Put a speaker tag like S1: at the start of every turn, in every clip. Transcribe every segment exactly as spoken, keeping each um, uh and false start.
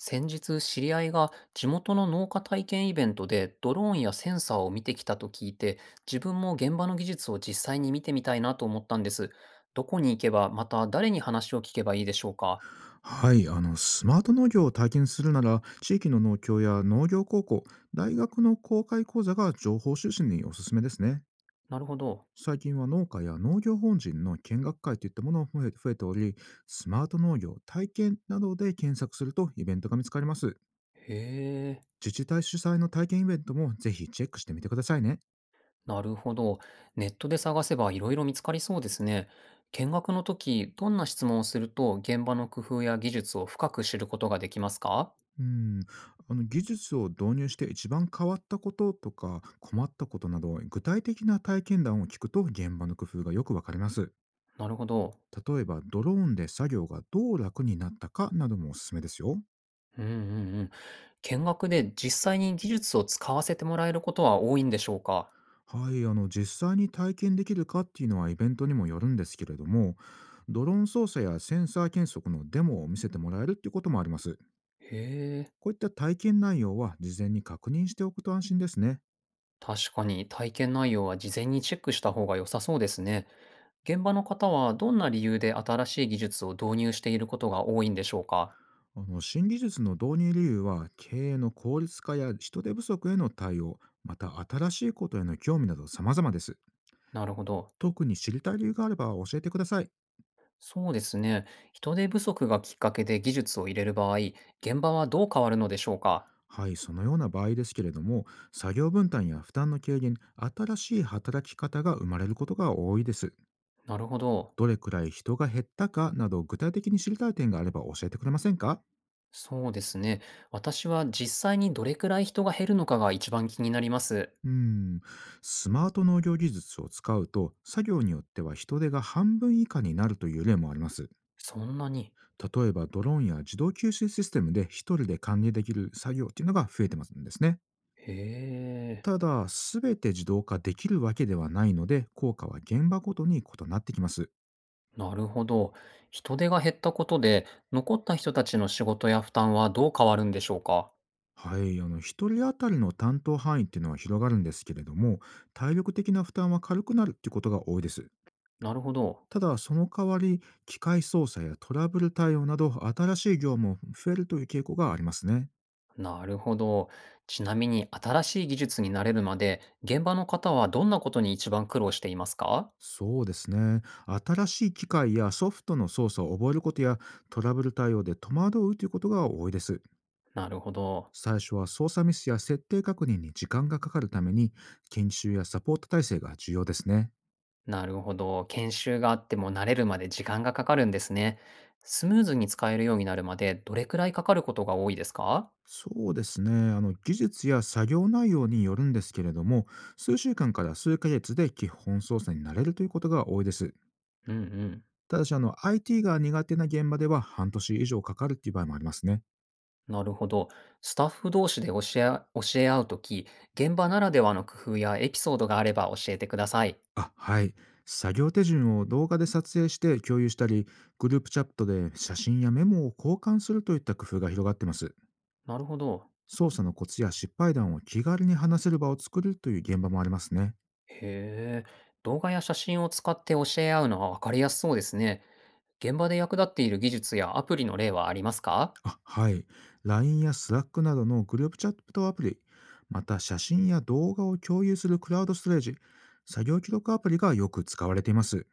S1: 先日知り合いが地元の農家体験イベントでドローンやセンサーを見てきたと聞いて、自分も現場の技術を実際に見てみたいなと思ったんです。どこに行けば、また誰に話を聞けばいいでしょうか？
S2: はい、あのスマート農業を体験するなら、地域の農協や農業高校、大学の公開講座が情報収集におすすめですね。
S1: なるほど。
S2: 最近は農家や農業本人の見学会といったものも増え増えており、スマート農業体験などで検索するとイベントが見つかります。
S1: へえ。
S2: 自治体主催の体験イベントもぜひチェックしてみてくださいね。
S1: なるほど。ネットで探せばいろいろ見つかりそうですね。見学の時、どんな質問をすると現場の工夫や技術を深く知ることができますか？
S2: うん、あの技術を導入して一番変わったこととか困ったことなど具体的な体験談を聞くと現場の工夫がよくわかります。
S1: なるほど。
S2: 例えばドローンで作業がどう楽になったかなどもおすすめですよ。
S1: うんうん、うん。見学で実際に技術を使わせてもらえることは多いんでしょうか？
S2: はい、あの実際に体験できるかっていうのはイベントにもよるんですけれども、ドローン操作やセンサー検測のデモを見せてもらえるっていうこともあります。
S1: へえ、
S2: こういった体験内容は事前に確認しておくと安心ですね。
S1: 確かに体験内容は事前にチェックした方が良さそうですね。現場の方はどんな理由で新しい技術を導入していることが多いんでしょうか？
S2: あの新技術の導入理由は経営の効率化や人手不足への対応、また新しいことへの興味など様々です。
S1: なるほど。
S2: 特に知りたい理由があれば教えてください。
S1: そうですね。人手不足がきっかけで技術を入れる場合、現場はどう変わるのでしょうか？
S2: はい、そのような場合ですけれども、作業分担や負担の軽減、新しい働き方が生まれることが多いです。
S1: なるほど。
S2: どれくらい人が減ったかなど具体的に知りたい点があれば教えてくれませんか？
S1: そうですね。私は実際にどれくらい人が減るのかが一番気になります。
S2: うーん、スマート農業技術を使うと、作業によっては人手が半分以下になるという例もあります。
S1: そんなに。
S2: 例えばドローンや自動吸収システムで一人で管理できる作業っていうのが増えてますんですね。
S1: へえ、
S2: ただ、すべて自動化できるわけではないので、効果は現場ごとに異なってきます。
S1: なるほど。人手が減ったことで、残った人たちの仕事や負担はどう変わるんでしょうか？
S2: はい、あの一人当たりの担当範囲っていうのは広がるんですけれども、体力的な負担は軽くなるっていうことが多いです。
S1: なるほど。
S2: ただ、その代わり、機械操作やトラブル対応など、新しい業務も増えるという傾向がありますね。
S1: なるほど。ちなみに新しい技術に慣れるまで、現場の方はどんなことに一番苦労していますか？
S2: そうですね。新しい機械やソフトの操作を覚えることや、トラブル対応で戸惑うということが多いです。
S1: なるほど。
S2: 最初は操作ミスや設定確認に時間がかかるために、研修やサポート体制が重要ですね。
S1: なるほど、研修があっても慣れるまで時間がかかるんですね。スムーズに使えるようになるまで、どれくらいかかることが多いですか？
S2: そうですね。あの、技術や作業内容によるんですけれども、数週間から数ヶ月で基本操作になれるということが多いです。
S1: うんうん。
S2: ただし、あの、アイティー が苦手な現場では半年以上かかるっていう場合もありますね。
S1: なるほど。スタッフ同士で教えあ教え合うとき、現場ならではの工夫やエピソードがあれば教えてください。
S2: あ、はい。作業手順を動画で撮影して共有したり、グループチャットで写真やメモを交換するといった工夫が広がってます。
S1: なるほど。
S2: 操作のコツや失敗談を気軽に話せる場を作るという現場もありますね。
S1: へえ。動画や写真を使って教え合うのは分かりやすそうですね。現場で役立っている技術やアプリの例はありますか？
S2: あ、はい。ライン や Slack などのグループチャットアプリ、また写真や動画を共有するクラウドストレージ、作業記録アプリがよく使われています。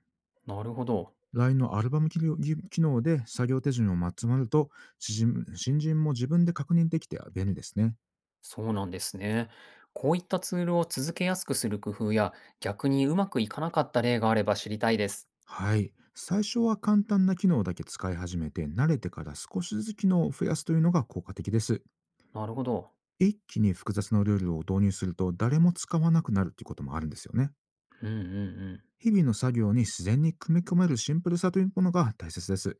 S1: なるほど。
S2: ライン のアルバム機能機能で作業手順をまつまると、新人新人も自分で確認できて便利ですね。
S1: そうなんですね。こういったツールを続けやすくする工夫や、逆にうまくいかなかった例があれば知りたいです。
S2: はい。最初は簡単な機能だけ使い始めて、慣れてから少しずつ機能を増やすというのが効果的です。
S1: なるほど。
S2: 一気に複雑なルールを導入すると、誰も使わなくなるということもあるんですよね。
S1: うんうんうん。
S2: 日々の作業に自然に組み込めるシンプルさというものが大切です。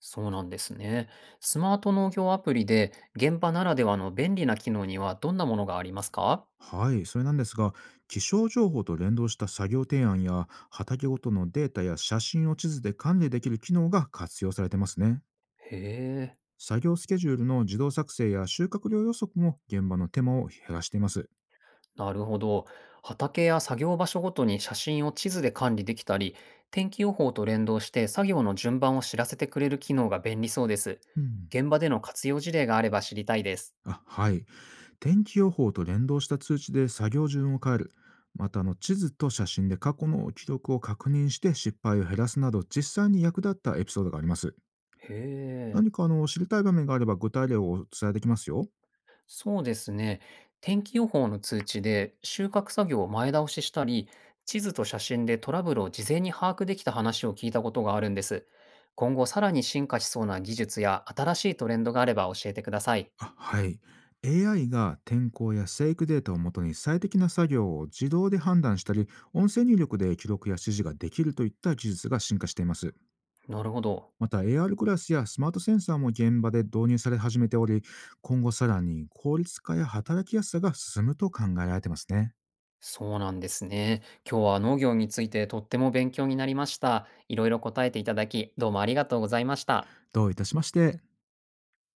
S1: そうなんですね。スマート農業アプリで現場ならではの便利な機能にはどんなものがありますか？
S2: はい、それなんですが、気象情報と連動した作業提案や、畑ごとのデータや写真を地図で管理できる機能が活用されてますね。
S1: へえ、
S2: 作業スケジュールの自動作成や収穫量予測も現場の手間を減らしています。
S1: なるほど。畑や作業場所ごとに写真を地図で管理できたり、天気予報と連動して作業の順番を知らせてくれる機能が便利そうです。
S2: うん。
S1: 現場での活用事例があれば知りたいです。
S2: あ、はい。天気予報と連動した通知で作業順を変える。またあの地図と写真で過去の記録を確認して失敗を減らすなど実際に役立ったエピソードがあります。
S1: へえ。
S2: 何かあの、知りたい場面があれば具体例をお伝えできますよ。
S1: そうですね。天気予報の通知で収穫作業を前倒ししたり、地図と写真でトラブルを事前に把握できた話を聞いたことがあるんです。今後さらに進化しそうな技術や新しいトレンドがあれば教えてください。
S2: あ、はい。エーアイ が天候や生育データをもとに最適な作業を自動で判断したり、音声入力で記録や指示ができるといった技術が進化しています。
S1: なるほど。
S2: また エーアール グラスやスマートセンサーも現場で導入され始めており、今後さらに効率化や働きやすさが進むと考えられてますね。
S1: そうなんですね。今日は農業についてとっても勉強になりました。いろいろ答えていただき、どうもありがとうございました。
S2: どういたしまして。